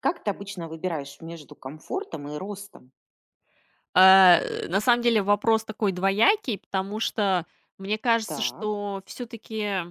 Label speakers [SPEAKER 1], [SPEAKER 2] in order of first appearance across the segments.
[SPEAKER 1] Как ты обычно выбираешь между комфортом и ростом?
[SPEAKER 2] На самом деле вопрос такой двоякий, потому что мне кажется,
[SPEAKER 1] Так.
[SPEAKER 2] что все таки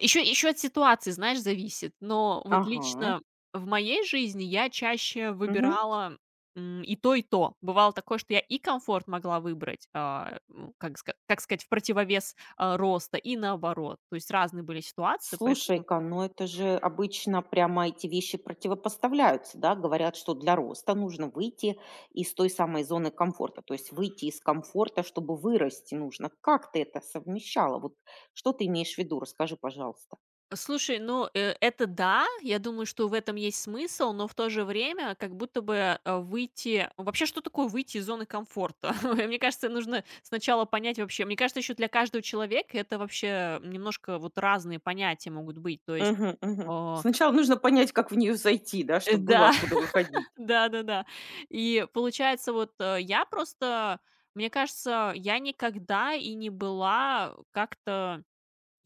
[SPEAKER 2] еще от ситуации, знаешь, зависит. Но вот
[SPEAKER 1] Ага.
[SPEAKER 2] лично в моей жизни я чаще
[SPEAKER 1] Мгм.
[SPEAKER 2] выбирала, и то, и то. Бывало такое, что я и комфорт могла выбрать, как сказать, в противовес, роста, и наоборот. То есть разные были ситуации, поэтому...
[SPEAKER 1] Слушай-ка, ну это же обычно прямо эти вещи противопоставляются, да? Говорят, что для роста нужно выйти из той самой зоны комфорта, то есть выйти из комфорта, чтобы вырасти нужно. Как ты это совмещала? Вот что ты имеешь в виду? Расскажи, пожалуйста.
[SPEAKER 2] Слушай, ну, это да, я думаю, что в этом есть смысл, но в то же время как будто бы Вообще, что такое выйти из зоны комфорта? Мне кажется, нужно сначала понять вообще. Мне кажется, еще для каждого человека это вообще немножко вот разные понятия могут быть. То есть...
[SPEAKER 1] Мгм, мгм.
[SPEAKER 2] О,
[SPEAKER 1] Сначала нужно понять, как в нее зайти, да, чтобы было
[SPEAKER 2] да,
[SPEAKER 1] откуда выходить.
[SPEAKER 2] да, да, да. И получается, вот я просто, мне кажется, я никогда и не была как-то,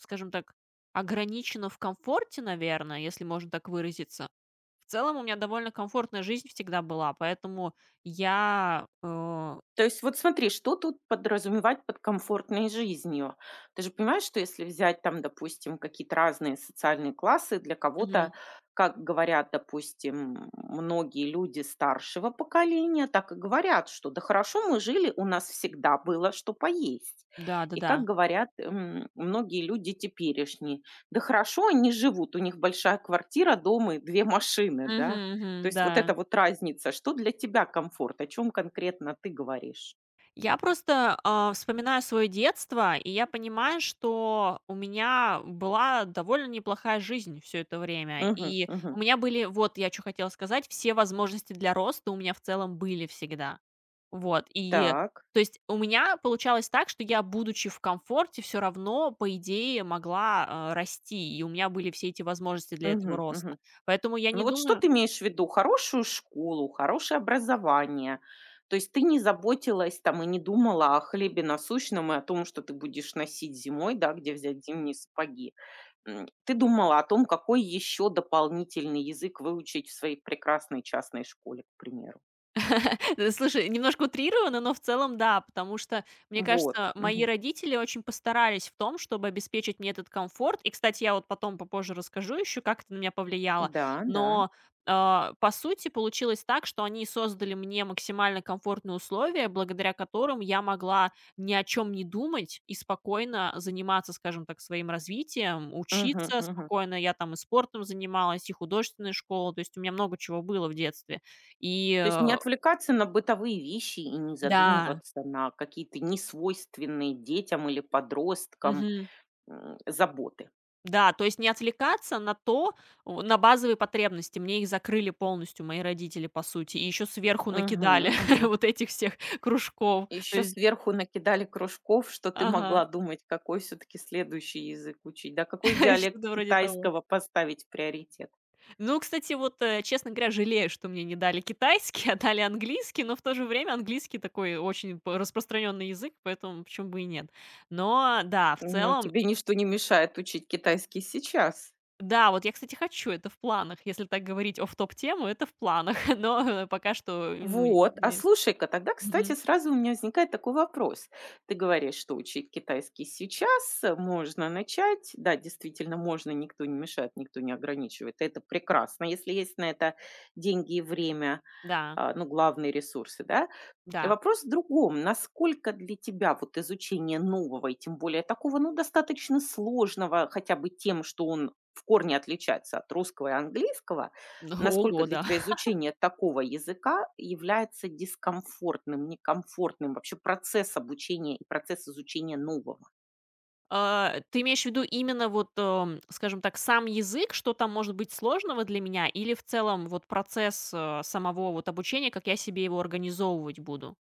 [SPEAKER 2] скажем так, ограничена в комфорте, наверное, если можно так выразиться. В целом у меня довольно комфортная жизнь всегда была, поэтому я...
[SPEAKER 1] То есть вот смотри, что тут подразумевать под комфортной жизнью? Ты же понимаешь, что если взять там, допустим, какие-то разные социальные классы, для кого-то,
[SPEAKER 2] Мгм.
[SPEAKER 1] как говорят, допустим, многие люди старшего поколения, так и говорят, что да хорошо мы жили, у нас всегда было что поесть. И
[SPEAKER 2] Да-да-да.
[SPEAKER 1] как говорят многие люди теперешние, да хорошо они живут, у них большая квартира, дом и две машины, да?
[SPEAKER 2] Мгм,
[SPEAKER 1] То
[SPEAKER 2] мгм,
[SPEAKER 1] есть
[SPEAKER 2] да.
[SPEAKER 1] вот эта вот разница, что для тебя комфорт, о чем конкретно ты говоришь?
[SPEAKER 2] Я просто вспоминаю свое детство, и я понимаю, что у меня была довольно неплохая жизнь все это время.
[SPEAKER 1] Мгм,
[SPEAKER 2] И
[SPEAKER 1] мгм.
[SPEAKER 2] у меня были, вот я что хотела сказать, все возможности для роста у меня в целом были всегда. Вот, и
[SPEAKER 1] Так.
[SPEAKER 2] то есть у меня получалось так, что я, будучи в комфорте, все равно, по идее, могла, расти, и у меня были все эти возможности для этого
[SPEAKER 1] Мгм,
[SPEAKER 2] роста.
[SPEAKER 1] мгм.
[SPEAKER 2] Поэтому я не
[SPEAKER 1] Ну вот что
[SPEAKER 2] думаю...
[SPEAKER 1] ты имеешь в виду? Хорошую школу, хорошее образование. То есть ты не заботилась там и не думала о хлебе насущном и о том, что ты будешь носить зимой, да, где взять зимние сапоги. Ты думала о том, какой еще дополнительный язык выучить в своей прекрасной частной школе, к примеру.
[SPEAKER 2] Слушай, немножко утрированно, но в целом да, потому что, мне
[SPEAKER 1] Вот.
[SPEAKER 2] кажется, мои
[SPEAKER 1] Мгм.
[SPEAKER 2] родители очень постарались в том, чтобы обеспечить мне этот комфорт. И, кстати, я вот потом попозже расскажу еще, как это на меня повлияло.
[SPEAKER 1] Да, да.
[SPEAKER 2] Но по сути получилось так, что они создали мне максимально комфортные условия, благодаря которым я могла ни о чем не думать и спокойно заниматься, скажем так, своим развитием,
[SPEAKER 1] Мгм,
[SPEAKER 2] учиться
[SPEAKER 1] мгм.
[SPEAKER 2] спокойно. Я там и спортом занималась, и художественной школой, то есть у меня много чего было в детстве. И
[SPEAKER 1] То есть
[SPEAKER 2] э,
[SPEAKER 1] не отвлекаться на бытовые вещи и не
[SPEAKER 2] да,
[SPEAKER 1] задумываться на какие-то несвойственные детям или подросткам
[SPEAKER 2] мгм.
[SPEAKER 1] заботы.
[SPEAKER 2] Да, то есть не отвлекаться на то, о на базовые потребности. Мне их закрыли полностью мои родители, по сути, и еще сверху
[SPEAKER 1] Мгм,
[SPEAKER 2] накидали
[SPEAKER 1] мгм.
[SPEAKER 2] вот этих всех кружков. То
[SPEAKER 1] Еще
[SPEAKER 2] есть...
[SPEAKER 1] сверху накидали кружков, что ты могла
[SPEAKER 2] Ага,
[SPEAKER 1] думать, какой все-таки следующий язык учить, да, какой диалект
[SPEAKER 2] что-то вроде того.
[SPEAKER 1] китайского поставить в приоритет.
[SPEAKER 2] Ну, кстати, вот, честно говоря, жалею, что мне не дали китайский, а дали английский, но в то же время английский такой очень п распространенный язык, поэтому почему бы и нет. Но да, в
[SPEAKER 1] Но
[SPEAKER 2] целом...
[SPEAKER 1] тебе ничто не мешает учить китайский сейчас.
[SPEAKER 2] Да, вот я, кстати, хочу, это в планах. Если так говорить офф-топ тему, это в планах, но пока что, ну,
[SPEAKER 1] Вот, а
[SPEAKER 2] не...
[SPEAKER 1] слушай-ка, тогда,
[SPEAKER 2] Мгм.
[SPEAKER 1] кстати, сразу у меня возникает такой вопрос. Ты говоришь, что учить китайский сейчас можно начать. Да, действительно, можно, никто не мешает, никто не ограничивает. Это прекрасно, если есть на это деньги и время,
[SPEAKER 2] Да,
[SPEAKER 1] ну, главные ресурсы, да.
[SPEAKER 2] да.
[SPEAKER 1] Вопрос в другом. Насколько для тебя вот изучение нового и тем более такого, ну, достаточно сложного, хотя бы тем, что он в корне отличается от русского и английского, насколько
[SPEAKER 2] Ого,
[SPEAKER 1] для
[SPEAKER 2] да.
[SPEAKER 1] тебя изучение такого языка является дискомфортным, некомфортным вообще процесс обучения и процесс изучения нового?
[SPEAKER 2] Ты имеешь в виду именно вот, скажем так, сам язык, что там может быть сложного для меня, или в целом вот процесс, самого вот обучения, как я себе его организовывать буду?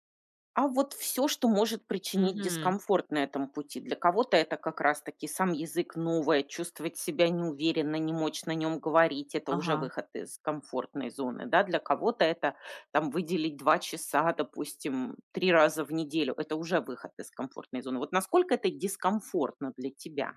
[SPEAKER 1] А вот все, что может причинить
[SPEAKER 2] Мгм.
[SPEAKER 1] дискомфорт на этом пути. Для кого-то это как раз-таки сам язык, новое, чувствовать себя неуверенно, не мочь на нем говорить — это уже
[SPEAKER 2] Ага.
[SPEAKER 1] выход из комфортной зоны, да. Для кого-то это, там, выделить 2 часа, допустим, 3 раза в неделю — это уже выход из комфортной зоны. Вот насколько это дискомфортно для тебя?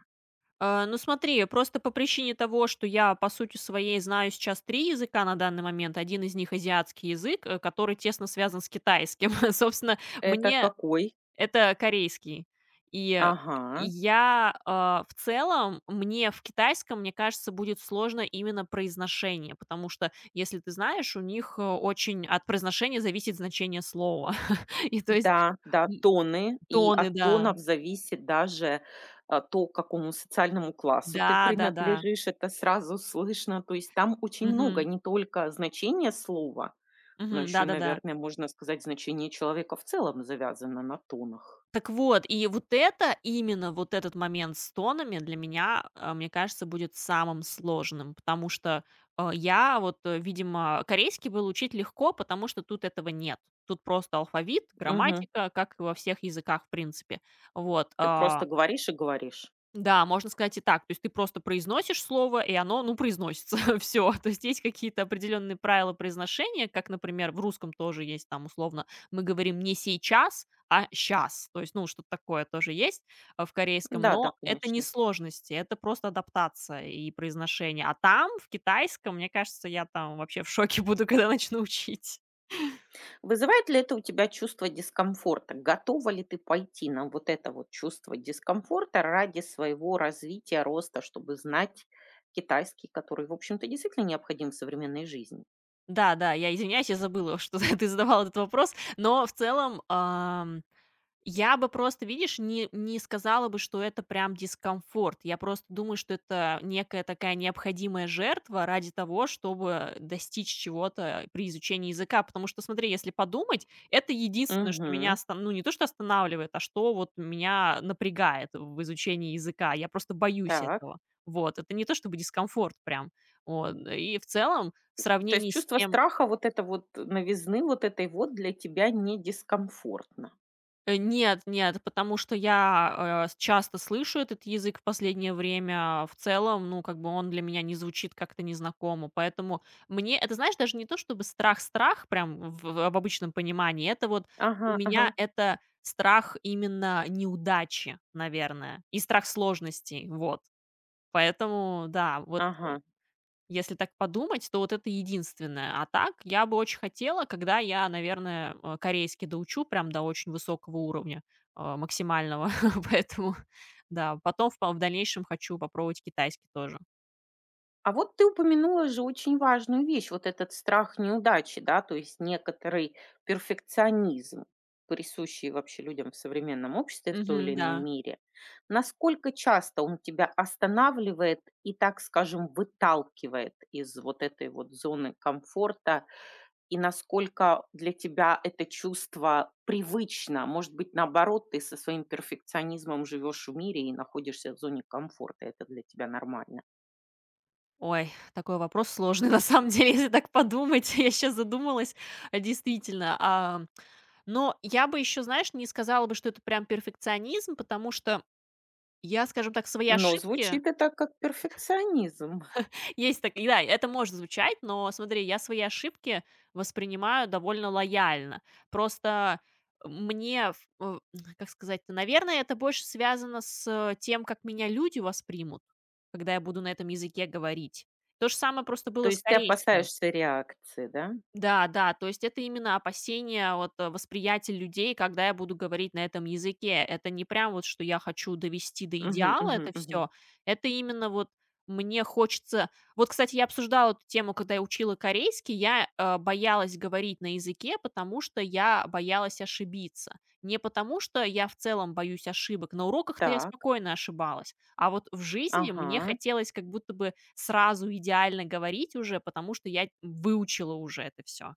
[SPEAKER 2] Ну смотри, просто по причине того, что я, по сути своей, знаю сейчас 3 языка на данный момент. Один из них — азиатский язык, который тесно связан с китайским. Собственно,
[SPEAKER 1] Это
[SPEAKER 2] мне
[SPEAKER 1] какой?
[SPEAKER 2] это корейский. И
[SPEAKER 1] Ага.
[SPEAKER 2] я, в целом, мне в китайском, мне кажется, будет сложно именно произношение, потому что, если ты знаешь, у них, очень от произношения зависит значение слова. И то есть,
[SPEAKER 1] Да, да,
[SPEAKER 2] м,
[SPEAKER 1] тоны и
[SPEAKER 2] тоны,
[SPEAKER 1] от
[SPEAKER 2] да.
[SPEAKER 1] тонов зависит даже, то, к какому социальному классу ты
[SPEAKER 2] Да-да-да.
[SPEAKER 1] принадлежишь. Это сразу слышно. То есть там очень много
[SPEAKER 2] Мгм.
[SPEAKER 1] не только значения слова, но
[SPEAKER 2] Мгм.
[SPEAKER 1] еще и,
[SPEAKER 2] Да-да-да.
[SPEAKER 1] наверное, можно сказать, значение человека в целом завязано на тонах.
[SPEAKER 2] Так вот, и вот это, именно вот этот момент с тонами для меня, мне кажется, будет самым сложным, потому что, я вот, видимо, корейский был учить легко, потому что тут этого нет. Тут просто алфавит,
[SPEAKER 1] Мгм.
[SPEAKER 2] грамматика, как и во всех языках, в принципе. Вот,
[SPEAKER 1] Ты просто
[SPEAKER 2] а
[SPEAKER 1] говоришь и говоришь.
[SPEAKER 2] да, можно сказать и так. То есть ты просто произносишь слово, и оно, ну, произносится. Все. То есть есть какие-то определенные правила произношения, как, например, в русском тоже есть там условно мы говорим не сейчас, а сейчас. То есть, ну, что-то такое тоже есть, в корейском,
[SPEAKER 1] Да, да,
[SPEAKER 2] но это не
[SPEAKER 1] конечно.
[SPEAKER 2] сложности, это просто адаптация и произношение. А там, в китайском, мне кажется, я там вообще в шоке буду, когда начну учить.
[SPEAKER 1] Вызывает ли это у тебя чувство дискомфорта? Готова ли ты пойти на вот это вот чувство дискомфорта ради своего развития, роста, чтобы знать китайский, который, в общем-то, действительно необходим в современной жизни?
[SPEAKER 2] Да, да, я извиняюсь, я забыла, что ты задавал этот вопрос, но в целом... Я бы просто, видишь, не сказала бы, что это прям дискомфорт. Я просто думаю, что это некая такая необходимая жертва ради того, чтобы достичь чего-то при изучении языка. Потому что, смотри, если подумать, это единственное, что меня,
[SPEAKER 1] Угу.
[SPEAKER 2] ну, не то, что останавливает, а что вот меня напрягает в изучении языка. Я просто боюсь
[SPEAKER 1] Так.
[SPEAKER 2] этого. Вот, это не то чтобы дискомфорт прям. Вот. И в целом, в
[SPEAKER 1] То есть
[SPEAKER 2] сравнении с
[SPEAKER 1] чувство
[SPEAKER 2] тем...
[SPEAKER 1] страха, вот это вот новизны, вот этой вот для тебя не дискомфортно.
[SPEAKER 2] Нет, нет, потому что я, э, с часто слышу этот язык в последнее время. В целом, ну, как бы он для меня не звучит как-то незнакомо. Поэтому мне это, знаешь, даже не то чтобы страх-страх, прям в обычном понимании. Это вот, у
[SPEAKER 1] Ага, ага,
[SPEAKER 2] меня это страх именно неудачи, наверное, и страх сложностей. Вот. Поэтому да, вот
[SPEAKER 1] ага.
[SPEAKER 2] если так подумать, то вот это единственное. А так я бы очень хотела, когда я, наверное, корейский доучу прям до очень высокого уровня, максимального. Поэтому да, потом впо в дальнейшем хочу попробовать китайский тоже.
[SPEAKER 1] А вот ты упомянула же очень важную вещь, вот этот страх неудачи, да, то есть некоторый перфекционизм, присущий вообще людям в современном обществе в той или
[SPEAKER 2] Мгм,
[SPEAKER 1] иной
[SPEAKER 2] да.
[SPEAKER 1] мере. Насколько часто он тебя останавливает и, так скажем, выталкивает из вот этой вот зоны комфорта, и насколько для тебя это чувство привычно? Может быть, наоборот, ты со своим перфекционизмом живешь в мире и находишься в зоне комфорта, это для тебя нормально?
[SPEAKER 2] Ой, такой вопрос сложный, на самом деле, если так подумать. Я сейчас задумалась, действительно. Но я бы еще, знаешь, не сказала бы, что это прям перфекционизм, потому что я, скажем так, свои
[SPEAKER 1] Но
[SPEAKER 2] ошибки...
[SPEAKER 1] звучит это как перфекционизм.
[SPEAKER 2] Есть так да, это может звучать, но смотри, я свои ошибки воспринимаю довольно лояльно. Просто мне, как сказать, наверное, это больше связано с тем, как меня люди воспримут, когда я буду на этом языке говорить. То же самое просто
[SPEAKER 1] То
[SPEAKER 2] было с
[SPEAKER 1] есть ты
[SPEAKER 2] корейским.
[SPEAKER 1] опасаешься реакции, да?
[SPEAKER 2] Да, да, то есть это именно опасения, вот, восприятие людей, когда я буду говорить на этом языке. Это не прям вот, что я хочу довести до
[SPEAKER 1] Мгм,
[SPEAKER 2] идеала
[SPEAKER 1] мгм,
[SPEAKER 2] это
[SPEAKER 1] мгм.
[SPEAKER 2] все. Это именно вот мне хочется... Вот, кстати, я обсуждала эту тему, когда я учила корейский. Я, боялась говорить на языке, потому что я боялась ошибиться. Не потому, что я в целом боюсь ошибок. На уроках-то я
[SPEAKER 1] Так,
[SPEAKER 2] спокойно ошибалась. А вот в жизни мне
[SPEAKER 1] ага,
[SPEAKER 2] хотелось как будто бы сразу идеально говорить уже, потому что я выучила уже это все.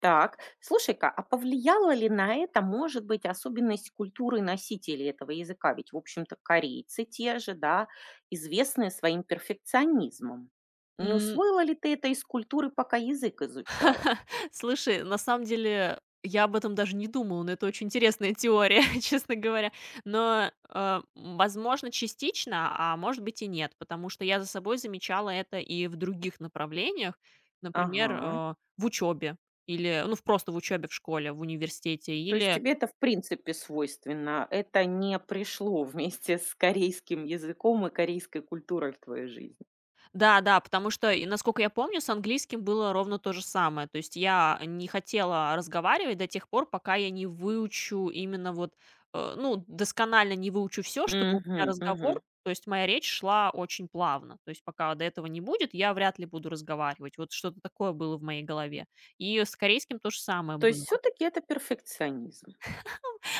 [SPEAKER 1] так. Слушай-ка, а повлияла ли на это, может быть, особенность культуры носителей этого языка? Ведь, в общем-то, корейцы те же, да, известные своим перфекционизмом. Не
[SPEAKER 2] М,
[SPEAKER 1] усвоила ли ты это из культуры, пока язык изучала?
[SPEAKER 2] слушай, на самом деле я об этом даже не думала, но это очень интересная теория, честно говоря. Но, возможно, частично, а может быть и нет, потому что я за собой замечала это и в других направлениях. Например,
[SPEAKER 1] Ага.
[SPEAKER 2] в учебе или, ну, в просто в учёбе в школе, в университете
[SPEAKER 1] То есть
[SPEAKER 2] или...
[SPEAKER 1] тебе это в принципе свойственно? Это не пришло вместе с корейским языком и корейской культурой в твою жизнь?
[SPEAKER 2] Да-да, потому что, и насколько я помню, с английским было ровно то же самое. То есть я не хотела разговаривать до тех пор, пока я не выучу именно вот, ну, досконально не выучу все, чтобы у
[SPEAKER 1] Мгм,
[SPEAKER 2] меня
[SPEAKER 1] мгм.
[SPEAKER 2] разговор, то есть моя речь шла очень плавно. То есть пока до этого не будет, я вряд ли буду разговаривать. Вот что-то такое было в моей голове. И с корейским то же самое
[SPEAKER 1] То
[SPEAKER 2] было.
[SPEAKER 1] есть все-таки это перфекционизм.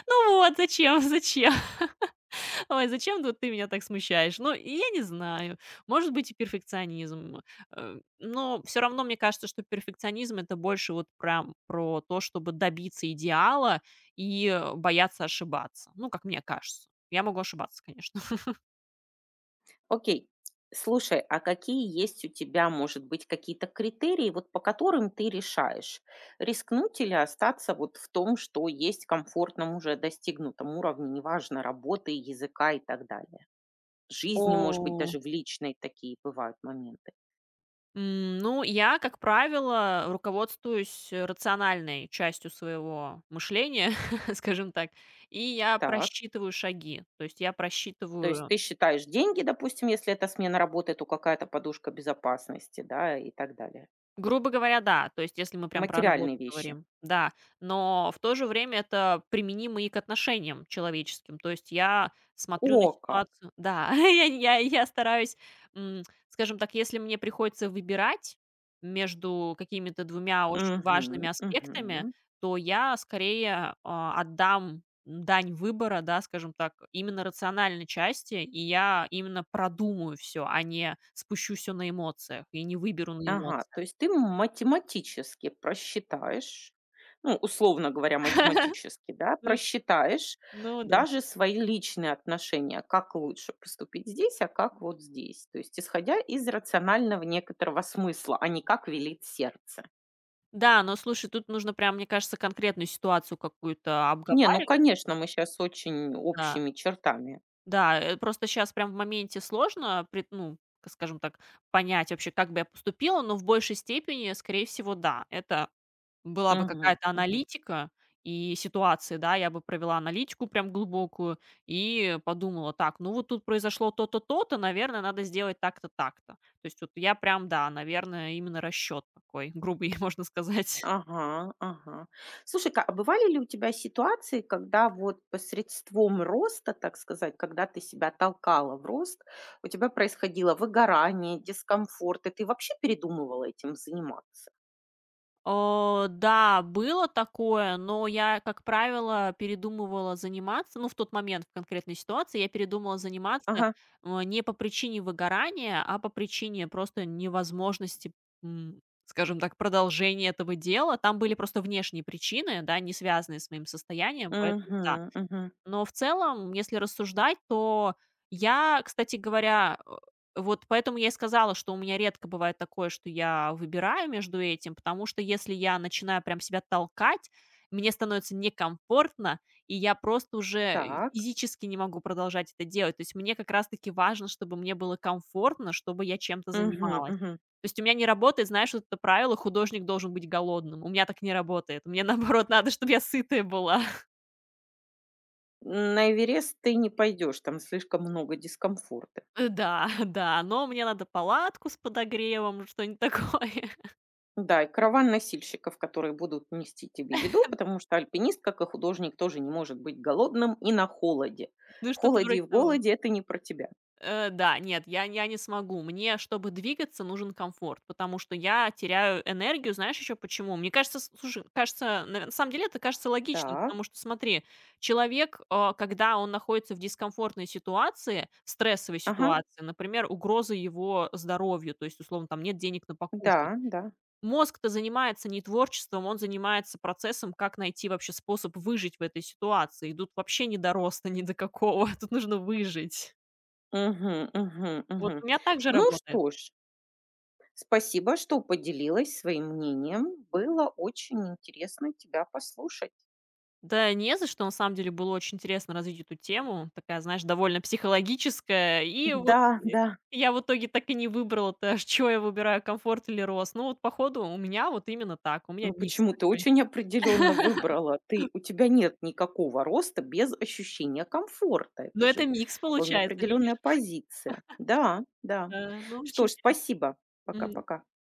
[SPEAKER 2] Ну вот, зачем, зачем? Ой, зачем вот ты меня так смущаешь? Ну, и я не знаю. Может быть, и перфекционизм. Но все равно мне кажется, что перфекционизм это больше вот прям про то, чтобы добиться идеала и бояться ошибаться. Ну, как мне кажется. Я могу ошибаться, конечно.
[SPEAKER 1] Окей. Слушай, а какие есть у тебя, может быть, какие-то критерии, вот по которым ты решаешь, рискнуть или остаться вот в том, что есть комфортном уже достигнутом уровне, неважно, работы, языка и так далее? Жизни, может быть,
[SPEAKER 2] О,
[SPEAKER 1] даже в личной такие бывают моменты.
[SPEAKER 2] Ну, я, как правило, руководствуюсь рациональной частью своего мышления, скажем так, и я
[SPEAKER 1] Так.
[SPEAKER 2] просчитываю шаги. То есть я
[SPEAKER 1] То есть
[SPEAKER 2] просчитываю...
[SPEAKER 1] ты считаешь деньги, допустим, если это смена работы, то какая-то подушка безопасности, да, и так далее.
[SPEAKER 2] Грубо говоря, да. То есть, если мы прям про работу
[SPEAKER 1] Материальные вещи.
[SPEAKER 2] говорим, да. Но в то же время это применимо и к отношениям человеческим. То есть я смотрю на
[SPEAKER 1] О, как.
[SPEAKER 2] ситуацию, да, я стараюсь, м, скажем так, если мне приходится выбирать между какими-то двумя очень
[SPEAKER 1] Мгм,
[SPEAKER 2] важными аспектами,
[SPEAKER 1] мгм.
[SPEAKER 2] то я скорее, отдам дань выбора, да, скажем так, именно рациональной части, и я именно продумаю все, а не спущу все на эмоциях и не выберу на
[SPEAKER 1] Ага,
[SPEAKER 2] эмоциях.
[SPEAKER 1] то есть ты математически просчитаешь, ну, условно говоря, математически, да,
[SPEAKER 2] Ну и,
[SPEAKER 1] просчитаешь
[SPEAKER 2] ну да.
[SPEAKER 1] даже свои личные отношения, как лучше поступить здесь, а как вот здесь. То есть исходя из рационального некоторого смысла, а не как велит сердце.
[SPEAKER 2] Да, но слушай, тут нужно прям, мне кажется, конкретную ситуацию какую-то
[SPEAKER 1] Не, ну,
[SPEAKER 2] обговаривать.
[SPEAKER 1] конечно, мы сейчас очень
[SPEAKER 2] Да,
[SPEAKER 1] общими чертами.
[SPEAKER 2] да, просто сейчас прям в моменте сложно пред ну, к скажем так, понять вообще, как бы я поступила, но в большей степени, скорее всего, да. Это была бы
[SPEAKER 1] Мгм,
[SPEAKER 2] какая-то
[SPEAKER 1] мгм.
[SPEAKER 2] аналитика и ситуации, да. Я бы провела аналитику прям глубокую и подумала: «Так, ну вот тут произошло то-то, то-то, наверное, надо сделать так-то, так-то». То есть вот я прям, да, наверное, именно расчет такой грубый, можно сказать.
[SPEAKER 1] Ага, ага. Слушай-ка, а бывали ли у тебя ситуации, когда вот посредством роста, так сказать, когда ты себя толкала в рост, у тебя происходило выгорание, дискомфорт, и ты вообще передумывала этим заниматься?
[SPEAKER 2] Да, было такое, но я, как правило, передумывала заниматься, ну, в тот момент, в конкретной ситуации, я передумала заниматься
[SPEAKER 1] Ага.
[SPEAKER 2] не по причине выгорания, а по причине просто невозможности, скажем так, продолжения этого дела. Там были просто внешние причины, да, не связанные с моим состоянием, поэтому да.
[SPEAKER 1] Мгм, мгм.
[SPEAKER 2] Но в целом, если рассуждать, то я, кстати говоря, вот поэтому я и сказала, что у меня редко бывает такое, что я выбираю между этим, потому что если я начинаю прям себя толкать, мне становится некомфортно, и я просто уже
[SPEAKER 1] Так.
[SPEAKER 2] физически не могу продолжать это делать. То есть мне как раз-таки важно, чтобы мне было комфортно, чтобы я чем-то
[SPEAKER 1] Мгм,
[SPEAKER 2] занималась.
[SPEAKER 1] мгм.
[SPEAKER 2] То есть у меня не работает, знаешь, вот это правило, художник должен быть голодным. У меня так не работает. Мне наоборот надо, чтобы я сытая была.
[SPEAKER 1] На Эверест ты не пойдешь, там слишком много дискомфорта.
[SPEAKER 2] Да, да, но мне надо палатку с подогревом, что-нибудь такое.
[SPEAKER 1] Да, и караван носильщиков, которые будут нести тебе еду, потому что альпинист, как и художник, тоже не может быть голодным и на холоде.
[SPEAKER 2] Ну,
[SPEAKER 1] В
[SPEAKER 2] что-то
[SPEAKER 1] холоде и
[SPEAKER 2] вроде
[SPEAKER 1] в
[SPEAKER 2] того.
[SPEAKER 1] голоде это не про тебя.
[SPEAKER 2] Да, нет, я не смогу. Мне, чтобы двигаться, нужен комфорт, потому что я теряю энергию. Знаешь еще почему? Мне кажется, с слушай, кажется, на самом деле это кажется логичным,
[SPEAKER 1] Так,
[SPEAKER 2] потому что, смотри, человек, когда он находится в дискомфортной ситуации, в стрессовой
[SPEAKER 1] ага,
[SPEAKER 2] ситуации, например, угроза его здоровью, то есть, условно, там нет денег на покушать.
[SPEAKER 1] да, да.
[SPEAKER 2] Мозг-то занимается не творчеством, он занимается процессом, как найти вообще способ выжить в этой ситуации. И тут вообще не до роста, ни до какого, тут нужно выжить.
[SPEAKER 1] Мгм, мгм,
[SPEAKER 2] Вот
[SPEAKER 1] мгм.
[SPEAKER 2] у меня так же
[SPEAKER 1] Ну
[SPEAKER 2] работает.
[SPEAKER 1] что ж, спасибо, что поделилась своим мнением. Было очень интересно тебя послушать.
[SPEAKER 2] Да не за что, на самом деле было очень интересно развить эту тему, такая, знаешь, довольно психологическая. И вот,
[SPEAKER 1] Да, да.
[SPEAKER 2] и я в итоге так и не выбрала-то, что я выбираю, комфорт или рост. Ну вот походу у меня вот именно так, у меня
[SPEAKER 1] Ну
[SPEAKER 2] микс
[SPEAKER 1] почему? Ты
[SPEAKER 2] такой.
[SPEAKER 1] очень определенно выбрала. Ты, у тебя нет никакого роста без ощущения комфорта. Это
[SPEAKER 2] Но
[SPEAKER 1] же
[SPEAKER 2] это микс
[SPEAKER 1] вполне
[SPEAKER 2] получается, видишь?
[SPEAKER 1] определенная позиция. Да, да.
[SPEAKER 2] Да, ну
[SPEAKER 1] Что
[SPEAKER 2] очень
[SPEAKER 1] ж,
[SPEAKER 2] интересно.
[SPEAKER 1] спасибо.
[SPEAKER 2] Мгм.
[SPEAKER 1] Пока-пока.